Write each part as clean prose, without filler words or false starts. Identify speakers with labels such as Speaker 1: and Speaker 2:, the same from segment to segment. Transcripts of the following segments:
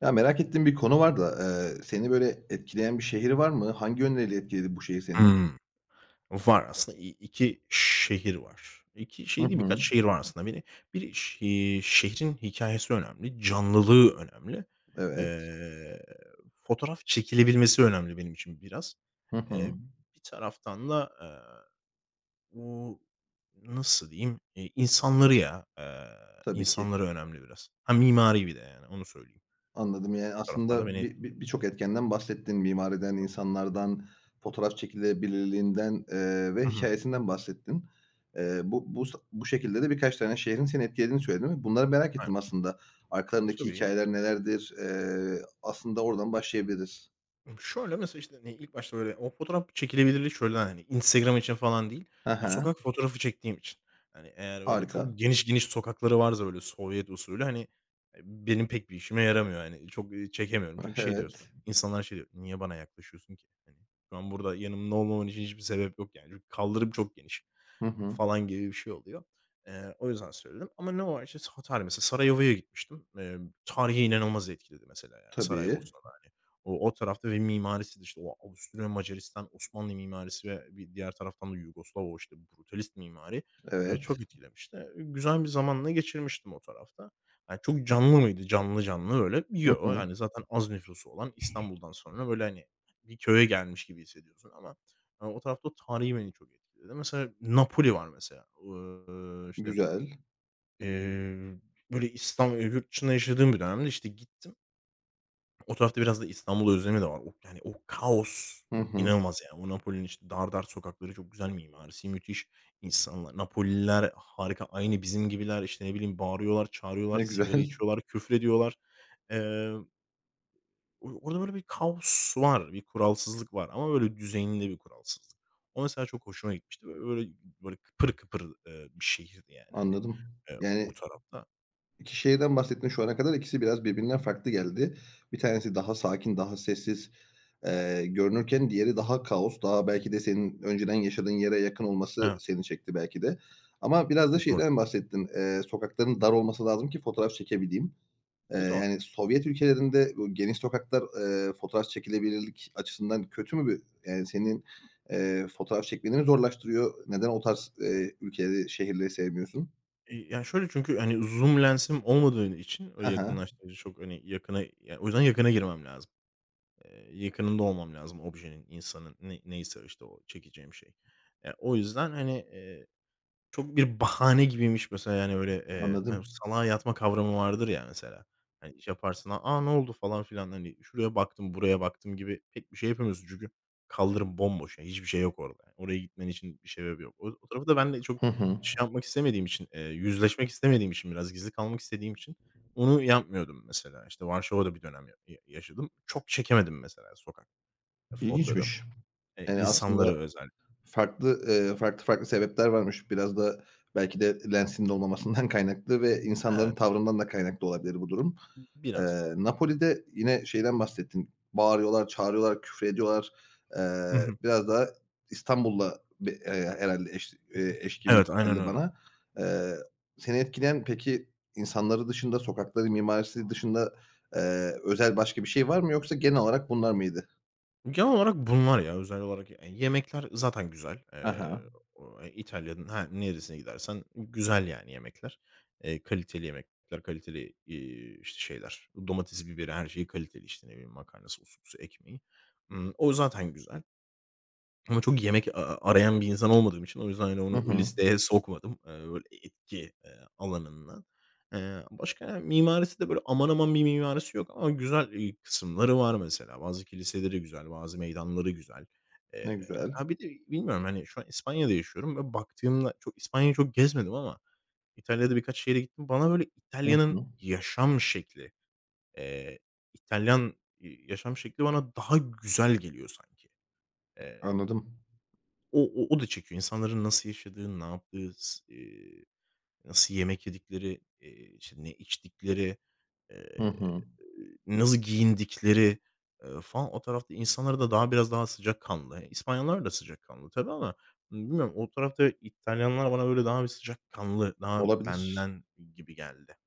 Speaker 1: Ya, merak ettiğim bir konu var da, seni böyle etkileyen bir şehir var mı? Hangi yönleriyle etkiledi bu şehir seni?
Speaker 2: Hımm. Var aslında iki şehir var. İki
Speaker 1: Hı
Speaker 2: şehir değil,
Speaker 1: hı.
Speaker 2: birkaç şehir var aslında. Beni biri ş Şehrin hikâyesi önemli, canlılığı önemli.
Speaker 1: Evet.
Speaker 2: Eee, Fotoğraf çekilebilmesi önemli benim için biraz.
Speaker 1: Hı
Speaker 2: Eee,
Speaker 1: hı.
Speaker 2: Bir taraftan da, o nasıl diyeyim, insanları ya,
Speaker 1: Tabii ki.
Speaker 2: insanları önemli biraz. Ha, mimari bir de yani onu söyleyeyim.
Speaker 1: Anladım. Yani,
Speaker 2: Fotoğraflarda beni
Speaker 1: aslında bir
Speaker 2: etkiledi.
Speaker 1: bir birçok etkenden bahsettin. Mimariden, insanlardan, fotoğraf çekilebilirliğinden, ve
Speaker 2: Hı hı.
Speaker 1: hikayesinden bahsettin. Eee, bu bu bu şekilde de birkaç tane şehrin seni etkilediğini söyledin ve bunları merak
Speaker 2: Aynen.
Speaker 1: ettim aslında. Arkalarındaki
Speaker 2: Tabii.
Speaker 1: hikayeler nelerdir? Aslında oradan başlayabiliriz.
Speaker 2: Şöyle, mesela, işte, ilk başta böyle o fotoğraf çekilebilirliği şöyle hani, Instagram için falan değil, ya,
Speaker 1: Aha.
Speaker 2: sokak fotoğrafı çektiğim için. Hani, eğer böyle
Speaker 1: Harika.
Speaker 2: çok geniş geniş sokakları varsa böyle Sovyet usulü, hani, benim pek bir işime yaramıyor, yani çok, çekemiyorum. Çünkü şey diyorsun,
Speaker 1: Evet.
Speaker 2: insanlar şey diyor, "Niye bana yaklaşıyorsun ki? Hani, şu an burada yanımda olmaman için hiçbir sebep yok yani. Çünkü kaldırım çok geniş."
Speaker 1: Hı hı.
Speaker 2: falan gibi bir şey oluyor. O yüzden söyledim ama ne var? İşte, tarih mesela Sarajevo'ya gitmiştim. Tarihi inanılmaz etkiledi mesela yani
Speaker 1: Tabii.
Speaker 2: Saraybosna'da, hani. O tarafta ve mimarisi de işte o Avusturya, Macaristan, Osmanlı mimarisi ve bir diğer taraftan da Yugoslav o işte brutalist mimari,
Speaker 1: Evet.
Speaker 2: çok etkilemişti. Güzel bir zamanla geçirmiştim o tarafta. Hani, çok canlı mıydı? Canlı canlı öyle
Speaker 1: Hı
Speaker 2: yo.
Speaker 1: hı.
Speaker 2: Yani, zaten az nüfusu olan İstanbul'dan sonra böyle, hani, bir köye gelmiş gibi hissediyorsun ama, o tarafta o tarihi beni çok etkiledi. Mesela Napoli var mesela. İşte,
Speaker 1: Güzel.
Speaker 2: eee, böyle yurt dışında yaşadığım bir dönemde, işte, gittim. O tarafta biraz da İstanbul özlemi de var. O yani, o kaos
Speaker 1: Hı hı.
Speaker 2: inanılmaz yani. O Napoli'nin, işte, dar dar sokakları çok güzel mimarisi müthiş. İnsanlar Napolililer harika. Aynı bizim gibiler. İşte, ne bileyim, bağırıyorlar, çağırıyorlar,
Speaker 1: Ne
Speaker 2: sigara
Speaker 1: güzel.
Speaker 2: içiyorlar, küfrediyorlar. Eee, O orada böyle bir kaos var, bir kuralsızlık var ama böyle düzenli bir kuralsızlık. O mesela çok hoşuma gitmişti. Böyle kıpır kıpır, bir şehirdi yani, hani,
Speaker 1: Anladım.
Speaker 2: o
Speaker 1: Yani
Speaker 2: tarafta.
Speaker 1: 2 şeyden bahsettin şu ana kadar. İkisi biraz birbirinden farklı geldi. Bir tanesi daha sakin, daha sessiz, görünürken diğeri daha kaos, daha belki de senin önceden yaşadığın yere yakın olması
Speaker 2: He,
Speaker 1: seni çekti belki de. Ama biraz da
Speaker 2: doğru.
Speaker 1: şeyden bahsettin, sokakların dar olması lazım ki fotoğraf çekebileyim.
Speaker 2: E, doğru.
Speaker 1: Yani Sovyet ülkelerinde bu geniş sokaklar, fotoğraf çekilebilirlik açısından kötü mü bir yani senin, fotoğraf çekmeni mi zorlaştırıyor? Neden o tarz, ülkeleri, şehirleri sevmiyorsun?
Speaker 2: Ya, şöyle çünkü, hani, zoom lensim olmadığı için
Speaker 1: He
Speaker 2: öyle
Speaker 1: he,
Speaker 2: yakınlaştırıcı çok, hani, yakına ya, o yüzden yakına girmem lazım. Yakınında olmam lazım objenin, insanın, neyse, işte, o çekeceğim şey. O yüzden, hani, çok bir bahane gibiymiş mesela, yani, öyle, hani,
Speaker 1: anladım.
Speaker 2: salağa yatma kavramı vardır ya mesela. Hani, iş yaparsın, "A, ne oldu?" falan filan, hani, "Şuraya baktım, buraya baktım." gibi pek bir şey yapamıyorsun çünkü kaldırım bomboş, yani, hiçbir şey yok orada. Yani, oraya gitmen için bir sebep yok. O tarafı da ben de çok
Speaker 1: Hı hı.
Speaker 2: şey yapmak istemediğim için, yüzleşmek istemediğim için, biraz gizli kalmak istediğim için onu yapmıyordum mesela. İşte, Varşova'da bir dönem ya yaşadım. Çok çekemedim mesela sokak fotoğrafı,
Speaker 1: İlginçmiş. Yani aslında
Speaker 2: insanları özellikle.
Speaker 1: farklı, farklı sebepler varmış. Biraz da belki de Lensi'nin olmamasından kaynaklı ve insanların
Speaker 2: Evet,
Speaker 1: tavrından da kaynaklı olabilir bu durum.
Speaker 2: biraz.
Speaker 1: Napoli'de yine şeyden bahsettin. Bağırıyorlar, çağırıyorlar, küfrediyorlar. Eee,
Speaker 2: Hı hı.
Speaker 1: biraz daha İstanbul'la be herhâlde eş gibi
Speaker 2: Evet, aynen
Speaker 1: geldi
Speaker 2: öyle.
Speaker 1: bana. Eee, seni etkileyen peki insanları dışında, sokakları, mimarisi dışında, eee, özel başka bir şey var mı yoksa genel olarak bunlar mıydı?
Speaker 2: Genel olarak bunlar ya, özel olarak ya yemekler zaten güzel.
Speaker 1: Ha ha.
Speaker 2: O İtalya'nın her neresine gidersen güzel yani yemekler. Kaliteli yemekler, kaliteli, işte, şeyler, domatesi, biberi, her şeyi kaliteli, işte, ne bileyim, makarnası, ususu, ekmeği. O zaten güzel. Ama çok yemek arayan bir insan olmadığım için o yüzden, hani,
Speaker 1: Hı
Speaker 2: onu o
Speaker 1: hı.
Speaker 2: listeye sokmadım, böyle etki, alanından. Başka mimarisi de böyle aman aman bir mimarisi yok ama güzel, kısımları var mesela. Bazı kiliseleri güzel, bazı meydanları güzel.
Speaker 1: Ne
Speaker 2: Eee,
Speaker 1: güzel.
Speaker 2: ha, bir de bilmiyorum, hani, şu an İspanya'da yaşıyorum ve baktığımda çok İspanya'yı çok gezmedim ama İtalya'da birkaç şehre gittim. Bana böyle
Speaker 1: Hı
Speaker 2: İtalya'nın
Speaker 1: hı.
Speaker 2: yaşam şekli, eee, İtalyan, yaşam şekli bana daha güzel geliyor sanki. Eee
Speaker 1: Anladım.
Speaker 2: o da çekiyor. İnsanların nasıl yaşadığı, ne yaptığı, s nasıl yemek yedikleri, işte, ne içtikleri,
Speaker 1: Hı
Speaker 2: eee,
Speaker 1: hı.
Speaker 2: nasıl giyindikleri, falan o tarafta insanlara da daha biraz daha sıcakkanlı. İspanyollar da sıcakkanlı tabii ama bilmiyorum o tarafta İtalyanlar bana böyle daha bir sıcakkanlı, daha
Speaker 1: Olabilir.
Speaker 2: benden gibi geldi.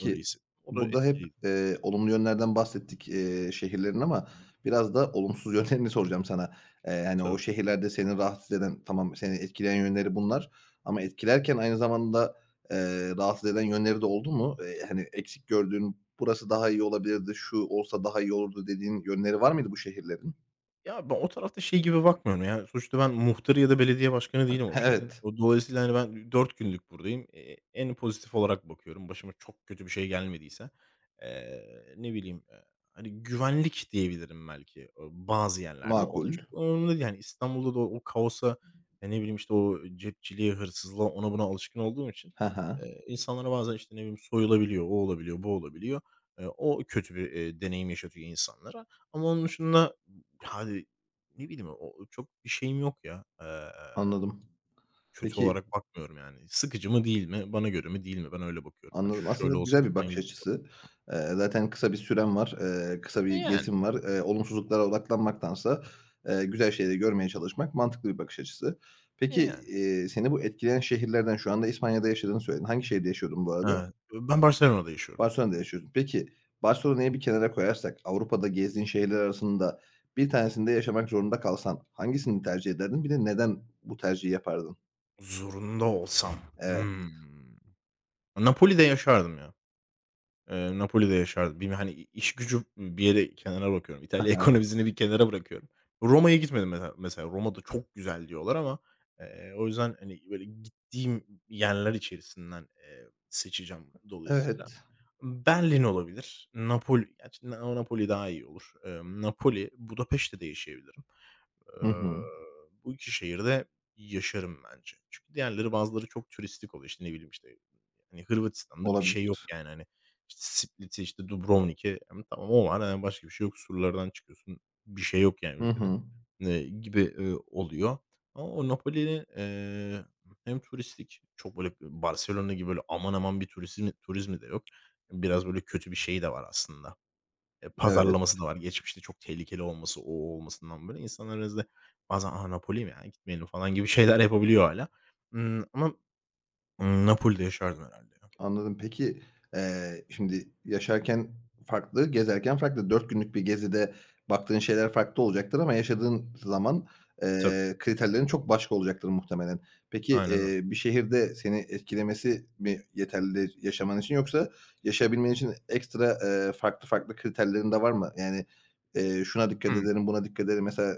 Speaker 2: Öyle hissettim. O da
Speaker 1: burada hep,
Speaker 2: etkiliydi.
Speaker 1: olumlu yönlerden bahsettik, şehirlerin ama biraz da olumsuz yönlerini soracağım sana. Hani, o
Speaker 2: Tabii.
Speaker 1: şehirlerde seni rahatsız eden, tamam, seni etkileyen yönleri bunlar ama etkilerken aynı zamanda, rahatsız eden yönleri de oldu mu? Hani, eksik gördüğün, burası daha iyi olabilirdi, şu olsa daha iyi olurdu dediğin yönleri var mıydı bu şehirlerin?
Speaker 2: Ya, ben o tarafta şey gibi bakmıyorum, yani, sonuçta ben muhtarı ya da belediye başkanı değilim o şehrin.
Speaker 1: Evet,
Speaker 2: O dolayısıyla, hani, ben 4 günlük buradayım. En pozitif olarak bakıyorum başıma çok kötü bir şey gelmediyse. Ne bileyim, hani, güvenlik diyebilirim belki, o bazı yerlerde. O da çok
Speaker 1: makul.
Speaker 2: önemli değil, yani, İstanbul'da da o kaosa, ya, ne bileyim, işte, o cepçiliğe, hırsızlığa, ona buna alışkın olduğum için,
Speaker 1: He he,
Speaker 2: insanlara bazen, işte, ne bileyim, soyulabiliyor, o olabiliyor, bu olabiliyor. O kötü bir, deneyim yaşatıyor insanlara ama onun dışında yani, ne bileyim, o çok bir şeyim yok ya.
Speaker 1: anladım.
Speaker 2: Kötü
Speaker 1: Peki,
Speaker 2: olarak bakmıyorum yani. Sıkıcı mı değil mi? Bana göre mi değil mi? Ben öyle bakıyorum. Hani,
Speaker 1: anladım. Aslında
Speaker 2: şöyle
Speaker 1: güzel
Speaker 2: olsaydı
Speaker 1: bir
Speaker 2: falan
Speaker 1: bakış
Speaker 2: gibi bir şey yok.
Speaker 1: açısı. Zaten kısa bir süren var, kısa bir
Speaker 2: E, yani,
Speaker 1: gezin var. Olumsuzluklara odaklanmaktansa, güzel şeyleri görmeye çalışmak mantıklı bir bakış açısı.
Speaker 2: e,
Speaker 1: Peki,
Speaker 2: yani.
Speaker 1: seni bu etkileyen şehirlerden şu anda İspanya'da yaşadığını söyledin. Hangi şehirde yaşıyordun bu arada?
Speaker 2: Evet. Ben Barcelona'da yaşıyorum.
Speaker 1: Barcelona'da yaşıyorsun. Peki, Barcelona'yı bir kenara koyarsak Avrupa'da gezdiğin şehirler arasında bir tanesinde yaşamak zorunda kalsan hangisini tercih ederdin? Bir de neden bu tercihi yapardın?
Speaker 2: Zorunda olsam.
Speaker 1: Evet.
Speaker 2: Hımm. Napoli'de yaşardım ya. Napoli'de yaşardım. Bir hani, iş gücü bir yere kenara bakıyorum. İtalya
Speaker 1: Hı.
Speaker 2: ekonomisini bir kenara bırakıyorum. Roma'ya gitmedim mesela. Roma da çok güzel diyorlar ama, o yüzden, hani, böyle, gittiğim yerler içerisinden, seçeceğim dolayısıyla.
Speaker 1: Evet.
Speaker 2: Berlin olabilir. Napoli, gerçi Napoli daha iyi olur. Napoli, Budapeşte de yaşayabilirim.
Speaker 1: Hı
Speaker 2: Eee,
Speaker 1: hı.
Speaker 2: Bu 2 şehirde yaşarım bence. Çünkü diğerleri bazıları çok turistik oluyor. İşte, ne bileyim, işte, hani, Hırvatistan'da bir
Speaker 1: Olabilir.
Speaker 2: şey yok yani, hani, işte, Split'i, işte, Dubrovnik'i, tamam o var, hani, başka bir şey yok. Surlardan çıkıyorsun. Bir şey yok yani
Speaker 1: Hı
Speaker 2: ülkede,
Speaker 1: hı.
Speaker 2: gibi, oluyor. Ama o Napoli'nin, hem turistik, çok böyle Barcelona gibi böyle aman aman bir turizmi de yok. Biraz böyle kötü bir şeyi de var aslında.
Speaker 1: Evet.
Speaker 2: Pazarlaması da var. Geçmişte çok tehlikeli olması, o, olmasından böyle insanlar biraz da bazen, "A, Napoli mi ya? Gitmeyelim." falan gibi şeyler yapabiliyor hala. Ama, Napoli'de yaşardım herhalde ya.
Speaker 1: Anladım. Peki, şimdi yaşarken farklı, gezerken farklı. 4 günlük bir gezide baktığın şeyler farklı olacaktır ama yaşadığın zaman,
Speaker 2: Tabii,
Speaker 1: kriterlerin çok başka olacaktır muhtemelen. Peki,
Speaker 2: aynen öyle.
Speaker 1: bir şehirde seni etkilemesi mi yeterli yaşaman için yoksa yaşayabilmen için ekstra, farklı farklı kriterlerin de var mı? Yani, şuna dikkat ederim, buna dikkat ederim. Mesela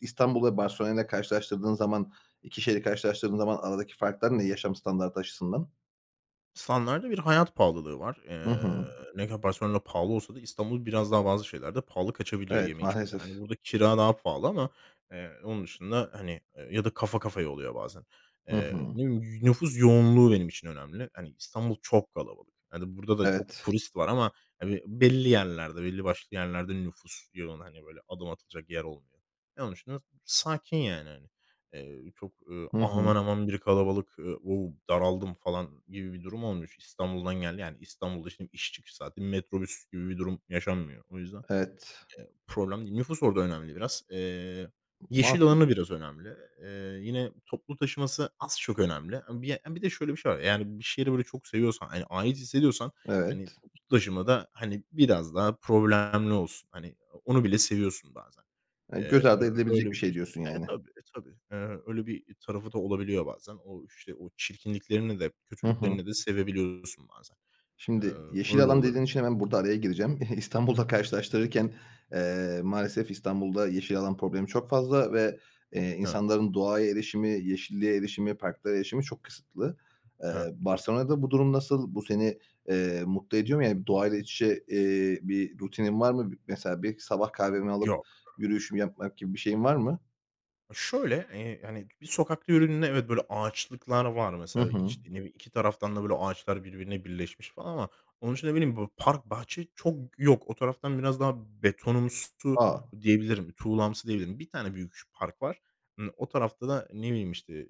Speaker 1: İstanbul'la Barcelona'yla karşılaştırdığın zaman, 2 şehri karşılaştırdığın zaman aradaki farklar ne yaşam standartı açısından?
Speaker 2: İnsanlarda bir hayat pahalılığı var.
Speaker 1: Hı hı.
Speaker 2: Ne kadar Barcelona pahalı olsa da İstanbul biraz daha bazı şeylerde pahalı kaçabiliyor
Speaker 1: Evet,
Speaker 2: yeme içmede. Hani,
Speaker 1: maalesef.
Speaker 2: burada kira daha pahalı ama, onun dışında, hani, ya da kafa kafaya oluyor bazen.
Speaker 1: Hı hı.
Speaker 2: Ne bileyim, nüfus yoğunluğu benim için önemli. Hani, İstanbul çok kalabalık. Yani burada da çok
Speaker 1: Evet.
Speaker 2: turist var ama, hani, belli yerlerde, belli başlı yerlerde nüfus yoğun. Hani, böyle adım atılacak yer olmuyor. E, onun dışında sakin yani, hani. Çok,
Speaker 1: Hı hı.
Speaker 2: aman aman bir kalabalık, wow, daraldım falan gibi bir durum olmuş İstanbul'dan geldi. Yani İstanbul'da şimdi iş çıkış saati metrobüs gibi bir durum yaşanmıyor. O yüzden
Speaker 1: Evet.
Speaker 2: Problem değil. Nüfus orada önemli biraz.
Speaker 1: Ma.
Speaker 2: Yeşil alanı biraz önemli. Yine toplu taşıması az çok önemli. Bir de şöyle bir şey var, yani, bir şehri böyle çok seviyorsan, hani, ait hissediyorsan, hani,
Speaker 1: Evet.
Speaker 2: toplu taşımada, hani, biraz daha problemli olsun. Hani, onu bile seviyorsun bazen.
Speaker 1: Göz ardı
Speaker 2: Ö
Speaker 1: edilebilecek bir
Speaker 2: öyle
Speaker 1: şey
Speaker 2: bir
Speaker 1: diyorsun
Speaker 2: şey. E,
Speaker 1: yani.
Speaker 2: tabii, e, tabii. Öyle bir tarafı da olabiliyor bazen. O, işte, o çirkinliklerini de
Speaker 1: Hı hı.
Speaker 2: kötülüklerini de sevebiliyorsun bazen.
Speaker 1: Şimdi yeşil
Speaker 2: Öyle
Speaker 1: alan dediğin
Speaker 2: olabiliyor.
Speaker 1: için hemen burada araya gireceğim. İstanbul'la karşılaştırırken, maalesef İstanbul'da yeşil alan problemi çok fazla ve
Speaker 2: Evet,
Speaker 1: insanların doğaya erişimi, yeşilliğe erişimi, parklara erişimi çok kısıtlı.
Speaker 2: evet. Doğru.
Speaker 1: Barcelona'da bu durum nasıl? Bu seni, mutlu ediyor mu? Yani doğayla iç içe, bir rutinin var mı? Mesela bir sabah kahvemi alıp
Speaker 2: Yok.
Speaker 1: yürüyüşümü yapmak gibi bir şeyin var mı?
Speaker 2: Şöyle, yani, bir sokakta yürüdüğünde evet, böyle ağaçlıklar var
Speaker 1: Hı
Speaker 2: mesela,
Speaker 1: hı.
Speaker 2: işte, ne bileyim, 2 taraftan da böyle ağaçlar birbirine birleşmiş falan ama onun için ne bileyim, böyle park, bahçe çok yok. O taraftan biraz daha betonumsu
Speaker 1: A!
Speaker 2: diyebilirim, tuğlamsı diyebilirim. Bir tane büyük park var. O tarafta da ne bileyim, işte,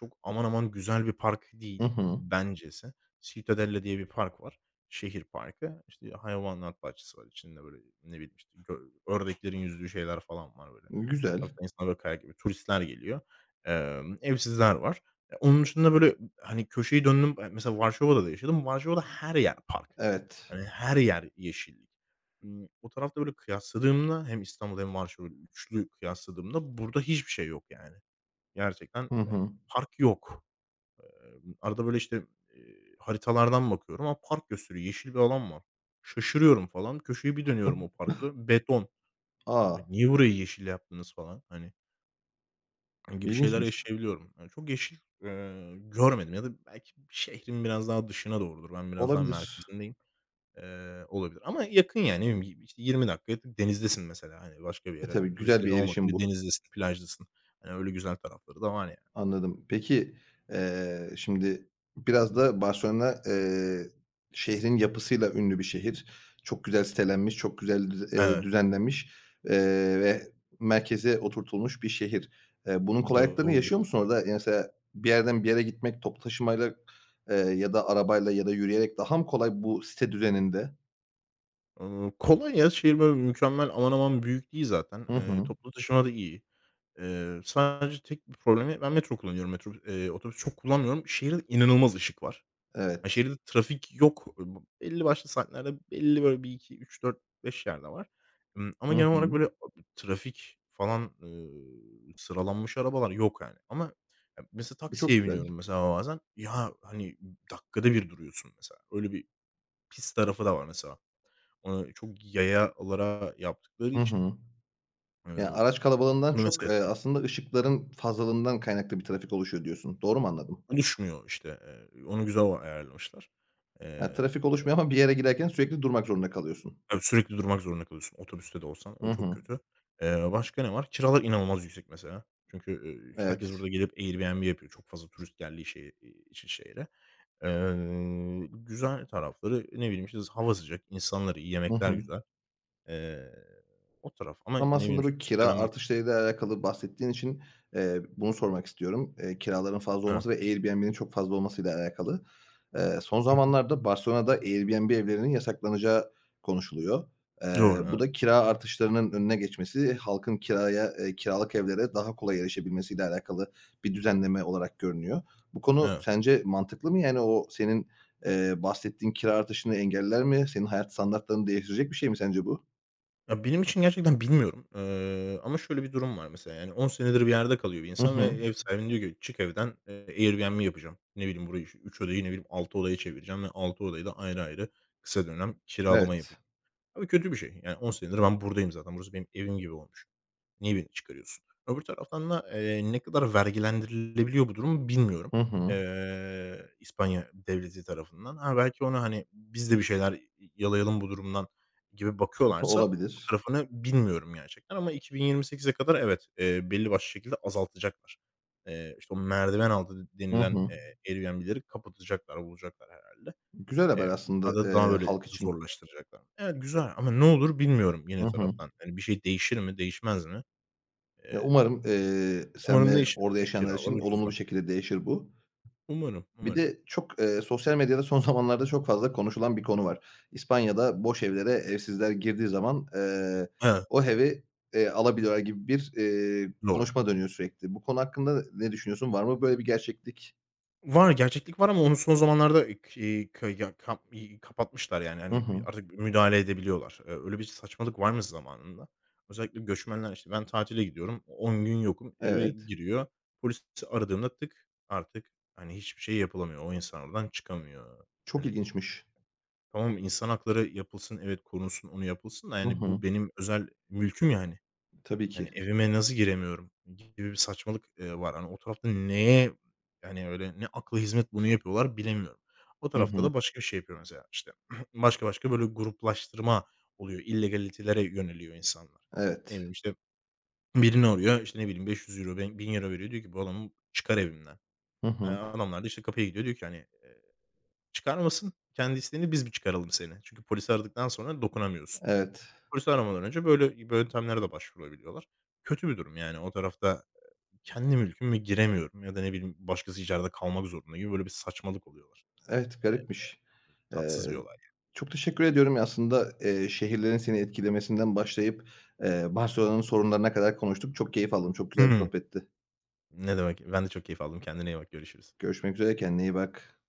Speaker 2: çok aman aman güzel bir park
Speaker 1: Hı
Speaker 2: değil
Speaker 1: hı.
Speaker 2: bencesi. Ciutadella diye bir park var, şehir parkı. İşte, hayvanat bahçesi var içinde böyle, ne bileyim, işte, ördeklerin yüzdüğü şeyler falan var böyle
Speaker 1: Güzel.
Speaker 2: taraftan insanlar kayak gibi turistler geliyor. Evsizler var. E, onun dışında, böyle, hani, köşeyi döndüm mesela Varşova'da da yaşadım. Varşova'da her yer park.
Speaker 1: Evet.
Speaker 2: Hani, her yer yeşillik. O tarafta, böyle, kıyasladığımda hem İstanbul hem Varşova üçlü kıyasladığımda burada hiçbir şey yok yani. Gerçekten,
Speaker 1: Hı
Speaker 2: yani,
Speaker 1: hı.
Speaker 2: park yok. Arada, böyle, işte, haritalardan bakıyorum ama park gösteriyor. Yeşil bir alan var. Şaşırıyorum falan. Köşeyi bir dönüyorum o parka, beton. "Ya,
Speaker 1: A!
Speaker 2: niye burayı yeşil yaptınız?" falan, hani gibi şeyler
Speaker 1: İlginçmiş.
Speaker 2: yaşayabiliyorum. Yani çok yeşil, görmedim ya da belki şehrin biraz daha dışına doğrudur. Ben biraz daha
Speaker 1: Olabilir.
Speaker 2: merkezindeyim. Olabilir ama yakın yani, ne bileyim, işte 20 dakika denizdesin mesela, hani, başka bir
Speaker 1: E,
Speaker 2: yere
Speaker 1: tabii güzel
Speaker 2: turistlerin
Speaker 1: bir
Speaker 2: olmadığı
Speaker 1: erişim
Speaker 2: bir
Speaker 1: bu.
Speaker 2: denizdesin, plajdasın. Hani, öyle güzel tarafları da var yani.
Speaker 1: Anladım. Peki, şimdi biraz da Barcelona, şehrin yapısıyla ünlü bir şehir. Çok güzel sitelenmiş, çok güzel
Speaker 2: Evet,
Speaker 1: düzenlenmiş, ve merkeze oturtulmuş bir şehir. Bunun kolaylıklarını yaşıyor
Speaker 2: Gaudi.
Speaker 1: musun orada? Yani mesela bir yerden bir yere gitmek toplu taşımayla, ya da arabayla ya da yürüyerek daha mı kolay bu site düzeninde?
Speaker 2: Kolay ya, şehir böyle mükemmel, aman aman büyük değil zaten.
Speaker 1: Hı hı.
Speaker 2: Toplu taşıma da iyi. Sadece tek bir problemi ben metro kullanıyorum. Metro otobüs çok kullanmıyorum. Şehirde inanılmaz ışık var. Ha,
Speaker 1: Evet.
Speaker 2: şehirde trafik yok. Belli başlı saatlerde belli böyle bir iki üç dört beş yerde var. Ama
Speaker 1: Hı
Speaker 2: genel olarak
Speaker 1: hı.
Speaker 2: böyle trafik falan, sıralanmış arabalar yok yani. Ama ya mesela
Speaker 1: E, çok
Speaker 2: taksiye
Speaker 1: güzel.
Speaker 2: biniyorum mesela bazen. Ya, hani, dakikada bir duruyorsun mesela. Öyle bir pis tarafı da var mesela. Onu çok yayalara yaptıkları
Speaker 1: Hı
Speaker 2: için,
Speaker 1: hı. Yani,
Speaker 2: ııı,
Speaker 1: araç kalabalığından
Speaker 2: onu
Speaker 1: çok,
Speaker 2: mesela
Speaker 1: aslında ışıkların fazlalığından kaynaklı bir trafik oluşuyor diyorsun. Doğru mu anladım?
Speaker 2: düşmüyor işte. Onu güzel o ayarlamışlar.
Speaker 1: Ha,
Speaker 2: Eee
Speaker 1: trafik oluşmuyor ama bir yere giderken sürekli durmak zorunda kalıyorsun.
Speaker 2: Tabii, sürekli durmak zorunda kalıyorsun otobüste de olsan,
Speaker 1: Hı
Speaker 2: o çok
Speaker 1: hı.
Speaker 2: kötü. Başka ne var? Kiralar inanılmaz yüksek mesela. Çünkü,
Speaker 1: Evet.
Speaker 2: herkes burada gelip Airbnb yapıyor. Çok fazla turist geldiği şehir, için şehre. Güzel tarafları, ne bileyim, işte, hava sıcak, insanlar iyi,
Speaker 1: Hı
Speaker 2: yemekler
Speaker 1: hı.
Speaker 2: güzel. Eee, O taraf ama ne
Speaker 1: Tam
Speaker 2: bileyim,
Speaker 1: aslında
Speaker 2: işte,
Speaker 1: bu kira
Speaker 2: üstelenmek.
Speaker 1: artışlarıyla alakalı bahsettiğin için, bunu sormak istiyorum. Kiraların fazla
Speaker 2: Heh.
Speaker 1: olması ve Airbnb'nin çok fazla olmasıyla alakalı. Son
Speaker 2: Hı hı.
Speaker 1: zamanlarda Barcelona'da Airbnb evlerinin yasaklanacağı konuşuluyor. Eee,
Speaker 2: Doğru,
Speaker 1: bu
Speaker 2: evet.
Speaker 1: da kira artışlarının önüne geçmesi, halkın kiraya, kiralık evlere daha kolay erişebilmesiyle alakalı bir düzenleme olarak görünüyor. Bu konu
Speaker 2: Evet.
Speaker 1: sence mantıklı mı? Yani o senin, bahsettiğin kira artışını engeller mi? Senin hayat standartlarını değiştirecek bir şey mi sence bu?
Speaker 2: Ya, benim için gerçekten bilmiyorum, ama şöyle bir durum var mesela, yani 10 senedir bir yerde kalıyor bir
Speaker 1: Hı
Speaker 2: insan ve
Speaker 1: hı.
Speaker 2: ev sahibine diyor ki "Çık evden, Airbnb yapacağım. Ne bileyim, burayı 3 odayı, ne bileyim, 6 odaya çevireceğim ve 6 odayı da ayrı ayrı kısa dönem kiralama
Speaker 1: Evet.
Speaker 2: yapacağım." Abi kötü bir şey. Yani 10 senedir ben buradayım zaten. Burası benim evim gibi olmuş. Niye birini çıkarıyorsun? Öbür taraftan da, ne kadar vergilendirilebiliyor bu durum bilmiyorum,
Speaker 1: Hı hı.
Speaker 2: İspanya devleti tarafından. Ha, belki ona, hani, biz de bir şeyler yalayalım bu durumdan gibi bakıyorlarsa o
Speaker 1: Olabilir.
Speaker 2: tarafını bilmiyorum gerçekten ama 2028'e kadar evet, belli başlı şekilde azaltacaklar. İşte, o merdiven altı
Speaker 1: Hı
Speaker 2: denilen,
Speaker 1: hı.
Speaker 2: Airbnb'leri kapatacaklar, bulacaklar herhalde.
Speaker 1: Güzel haber
Speaker 2: Eee,
Speaker 1: aslında,
Speaker 2: Daha da daha böyle
Speaker 1: halk için.
Speaker 2: zorlaştıracaklar. Evet, güzel ama ne olur bilmiyorum
Speaker 1: Hı
Speaker 2: yine
Speaker 1: hı.
Speaker 2: taraftan. Yani bir şey değişir mi, değişmez mi?
Speaker 1: Ya,
Speaker 2: Eee,
Speaker 1: umarım, sen
Speaker 2: Umarım
Speaker 1: ve
Speaker 2: değişir.
Speaker 1: orada yaşayanlar
Speaker 2: Kiralar
Speaker 1: için olumlu bir
Speaker 2: ucuzlar.
Speaker 1: şekilde değişir bu.
Speaker 2: Umarım,
Speaker 1: Bir
Speaker 2: umarım.
Speaker 1: de çok, sosyal medyada son zamanlarda çok fazla konuşulan bir konu var. İspanya'da boş evlere evsizler girdiği zaman,
Speaker 2: He,
Speaker 1: o evi, alabiliyorlar gibi bir,
Speaker 2: doğru.
Speaker 1: konuşma dönüyor sürekli. Bu konu hakkında ne düşünüyorsun? Var mı böyle bir gerçeklik?
Speaker 2: Var, gerçeklik var ama onu son zamanlarda k iii, k ya kap iii, kapatmışlar yani,
Speaker 1: Hı
Speaker 2: hani,
Speaker 1: hı.
Speaker 2: artık müdahale edebiliyorlar. Öyle bir saçmalık varmış zamanında. Özellikle göçmenler, işte, ben tatile gidiyorum, 10 gün yokum, eve
Speaker 1: Evet.
Speaker 2: giriyor. Polisi aradığımda tık artık, hani, hiçbir şey yapılamıyor. O insan oradan çıkamıyor.
Speaker 1: Çok
Speaker 2: Hani,
Speaker 1: ilginçmiş.
Speaker 2: tamam, insan hakları yapılsın, evet, korunsun, onu yapılsın da
Speaker 1: Hı
Speaker 2: yani
Speaker 1: hı.
Speaker 2: bu benim özel mülküm yani.
Speaker 1: Tabii
Speaker 2: Hani,
Speaker 1: ki.
Speaker 2: evime nasıl giremiyorum gibi bir saçmalık, var. Hani, o tarafta neye, yani, öyle ne akla hizmet bunu yapıyorlar bilemiyorum. O
Speaker 1: Hı
Speaker 2: tarafta
Speaker 1: hı.
Speaker 2: da başka bir şey yapıyor mesela, işte, başka başka böyle gruplaştırma oluyor. İllegalitelere yöneliyor insanlar. Ne
Speaker 1: Evet.
Speaker 2: bileyim, işte, birini arıyor, işte, ne bileyim, 500 bin euro veriyor. Diyor ki bu adamı çıkar evimden.
Speaker 1: Hı hı.
Speaker 2: Adamlar da, işte, kapıya gidiyor. Diyor ki, hani, eee, çıkarmasın, kendi isteğinle biz bir çıkaralım seni? Çünkü polisi aradıktan sonra dokunamıyorsun.
Speaker 1: Evet.
Speaker 2: Polisi aramadan önce böyle böyle yöntemlere de başvurabiliyorlar. Kötü bir durum yani. O tarafta, kendi mülküm giremiyorum ya da ne bileyim başkası içeride kalmak zorunda gibi böyle bir saçmalık oluyorlar.
Speaker 1: Evet,
Speaker 2: Eee,
Speaker 1: garipmiş. Eee,
Speaker 2: Tatsız bir olay.
Speaker 1: çok teşekkür ediyorum. Aslında, şehirlerin seni etkilemesinden başlayıp, Barcelona'nın sorunlarına kadar konuştuk. Çok keyif aldım. Çok güzel bir
Speaker 2: Hı.
Speaker 1: sohbetti.
Speaker 2: Ne demek. Ben de çok keyif aldım. Kendine iyi bak. Görüşürüz.
Speaker 1: Görüşmek üzere. Kendine iyi bak.